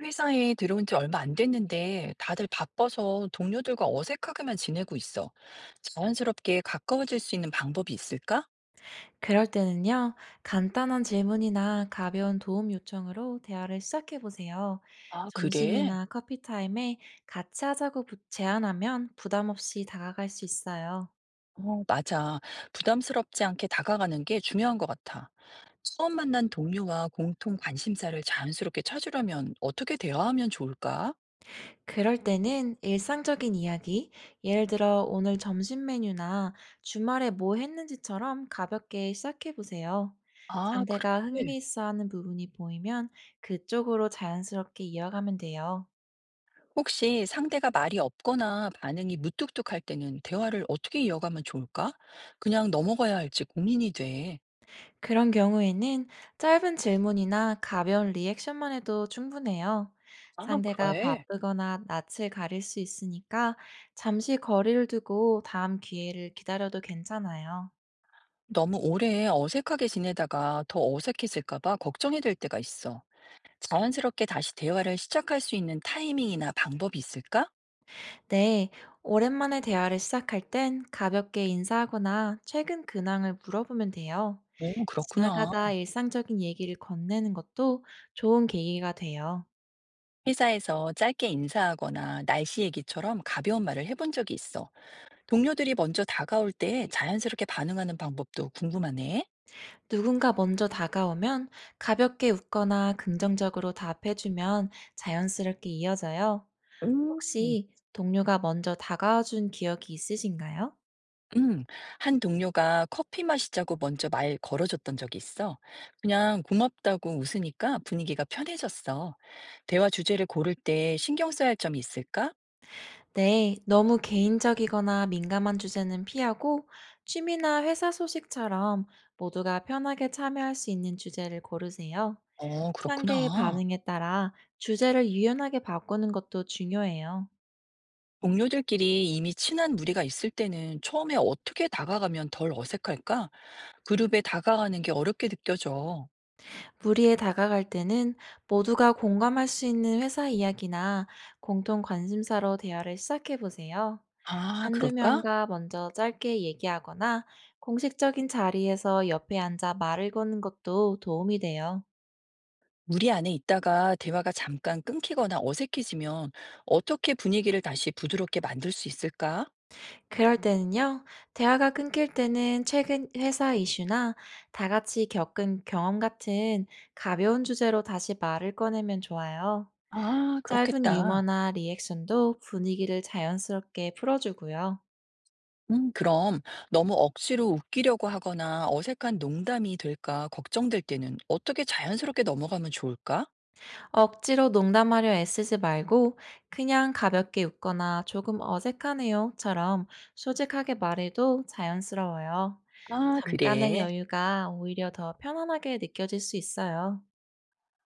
회사에 들어온 지 얼마 안 됐는데 다들 바빠서 동료들과 어색하게만 지내고 있어. 자연스럽게 가까워질 수 있는 방법이 있을까? 그럴 때는요, 간단한 질문이나 가벼운 도움 요청으로 대화를 시작해 보세요. 아, 그래? 점심이나 커피 타임에 같이 하자고 제안하면 부담 없이 다가갈 수 있어요. 어, 맞아. 부담스럽지 않게 다가가는 게 중요한 것 같아. 처음 만난 동료와 공통 관심사를 자연스럽게 찾으려면 어떻게 대화하면 좋을까? 그럴 때는 일상적인 이야기, 예를 들어 오늘 점심 메뉴나 주말에 뭐 했는지처럼 가볍게 시작해 보세요. 아, 상대가 그래. 흥미있어 하는 부분이 보이면 그쪽으로 자연스럽게 이어가면 돼요. 혹시 상대가 말이 없거나 반응이 무뚝뚝할 때는 대화를 어떻게 이어가면 좋을까? 그냥 넘어가야 할지 고민이 돼. 그런 경우에는 짧은 질문이나 가벼운 리액션만 해도 충분해요. 아, 상대가 그래? 바쁘거나 낯을 가릴 수 있으니까 잠시 거리를 두고 다음 기회를 기다려도 괜찮아요. 너무 오래 어색하게 지내다가 더 어색해질까 봐 걱정이 될 때가 있어. 자연스럽게 다시 대화를 시작할 수 있는 타이밍이나 방법이 있을까? 네, 오랜만에 대화를 시작할 땐 가볍게 인사하거나 최근 근황을 물어보면 돼요. 오, 그렇구나. 지나가다 일상적인 얘기를 건네는 것도 좋은 계기가 돼요. 회사에서 짧게 인사하거나 날씨 얘기처럼 가벼운 말을 해본 적이 있어. 동료들이 먼저 다가올 때 자연스럽게 반응하는 방법도 궁금하네. 누군가 먼저 다가오면 가볍게 웃거나 긍정적으로 답해주면 자연스럽게 이어져요. 음. 혹시 동료가 먼저 다가와준 기억이 있으신가요? 음, 한 동료가 커피 마시자고 먼저 말 걸어줬던 적이 있어. 그냥 고맙다고 웃으니까 분위기가 편해졌어. 대화 주제를 고를 때 신경 써야 할 점이 있을까? 네, 너무 개인적이거나 민감한 주제는 피하고 취미나 회사 소식처럼 모두가 편하게 참여할 수 있는 주제를 고르세요. 어, 상대의 그렇구나. 반응에 따라 주제를 유연하게 바꾸는 것도 중요해요. 동료들끼리 이미 친한 무리가 있을 때는 처음에 어떻게 다가가면 덜 어색할까? 그룹에 다가가는 게 어렵게 느껴져. 무리에 다가갈 때는 모두가 공감할 수 있는 회사 이야기나 공통 관심사로 대화를 시작해 보세요. 아, 한두 그럴까? 명과 먼저 짧게 얘기하거나 공식적인 자리에서 옆에 앉아 말을 거는 것도 도움이 돼요. 무리 안에 있다가 대화가 잠깐 끊기거나 어색해지면 어떻게 분위기를 다시 부드럽게 만들 수 있을까? 그럴 때는요, 대화가 끊길 때는 최근 회사 이슈나 다 같이 겪은 경험 같은 가벼운 주제로 다시 말을 꺼내면 좋아요. 아, 짧은 그렇겠다. 유머나 리액션도 분위기를 자연스럽게 풀어주고요. 그럼 너무 억지로 웃기려고 하거나 어색한 농담이 될까 걱정될 때는 어떻게 자연스럽게 넘어가면 좋을까? 억지로 농담하려 애쓰지 말고 그냥 가볍게 웃거나 조금 어색하네요처럼 솔직하게 말해도 자연스러워요. 아, 잠깐의 그래. 여유가 오히려 더 편안하게 느껴질 수 있어요.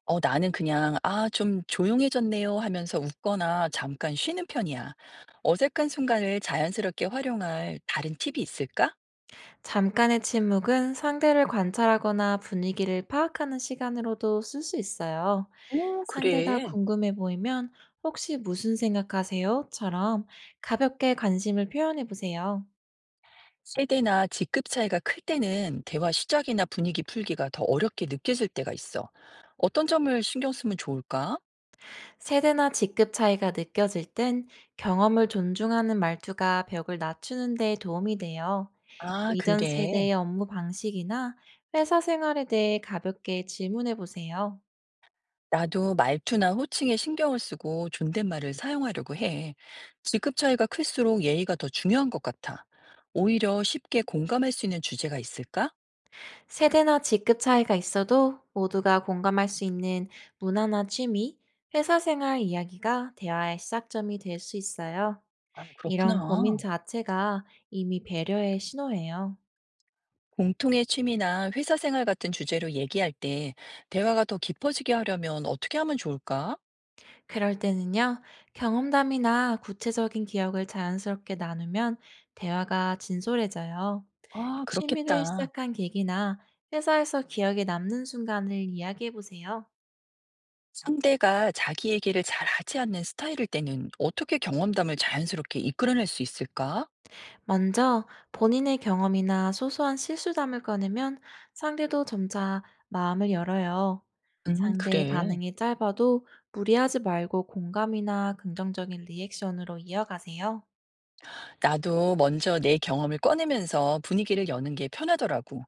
어, 나는 그냥 "아, 좀 조용해졌네요." 하면서 웃거나 잠깐 쉬는 편이야. 어색한 순간을 자연스럽게 활용할 다른 팁이 있을까? 잠깐의 침묵은 상대를 관찰하거나 분위기를 파악하는 시간으로도 쓸 수 있어요. 오, 상대가 그래. 궁금해 보이면 혹시 무슨 생각하세요?처럼 가볍게 관심을 표현해 보세요. 세대나 직급 차이가 클 때는 대화 시작이나 분위기 풀기가 더 어렵게 느껴질 때가 있어. 어떤 점을 신경 쓰면 좋을까? 세대나 직급 차이가 느껴질 땐 경험을 존중하는 말투가 벽을 낮추는 데 도움이 돼요. 아, 이전 그래. 세대의 업무 방식이나 회사 생활에 대해 가볍게 질문해 보세요. 나도 말투나 호칭에 신경을 쓰고 존댓말을 사용하려고 해. 직급 차이가 클수록 예의가 더 중요한 것 같아. 오히려 쉽게 공감할 수 있는 주제가 있을까? 세대나 직급 차이가 있어도 모두가 공감할 수 있는 문화나 취미, 회사 생활 이야기가 대화의 시작점이 될 수 있어요. 아, 이런 고민 그렇구나. 자체가 이미 배려의 신호예요. 공통의 취미나 회사 생활 같은 주제로 얘기할 때 대화가 더 깊어지게 하려면 어떻게 하면 좋을까? 그럴 때는요, 경험담이나 구체적인 기억을 자연스럽게 나누면 대화가 진솔해져요. 아, 취미를 그렇겠다. 시작한 계기나 회사에서 기억에 남는 순간을 이야기해 보세요. 상대가 자기 얘기를 잘 하지 않는 스타일일 때는 어떻게 경험담을 자연스럽게 이끌어낼 수 있을까? 먼저 본인의 경험이나 소소한 실수담을 꺼내면 상대도 점차 마음을 열어요. 상대의 그래. 반응이 짧아도 무리하지 말고 공감이나 긍정적인 리액션으로 이어가세요. 나도 먼저 내 경험을 꺼내면서 분위기를 여는 게 편하더라고.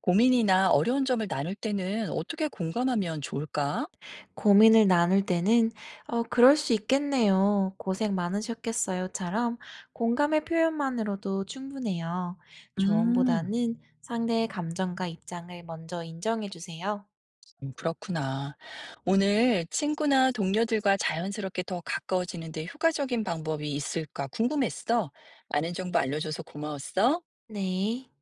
고민이나 어려운 점을 나눌 때는 어떻게 공감하면 좋을까? 고민을 나눌 때는 "어 그럴 수 있겠네요. 고생 많으셨겠어요."처럼 공감의 표현만으로도 충분해요. 음, 조언보다는 상대의 감정과 입장을 먼저 인정해 주세요. 그렇구나. 오늘 친구나 동료들과 자연스럽게 더 가까워지는데 효과적인 방법이 있을까 궁금했어. 많은 정보 알려줘서 고마웠어. 네.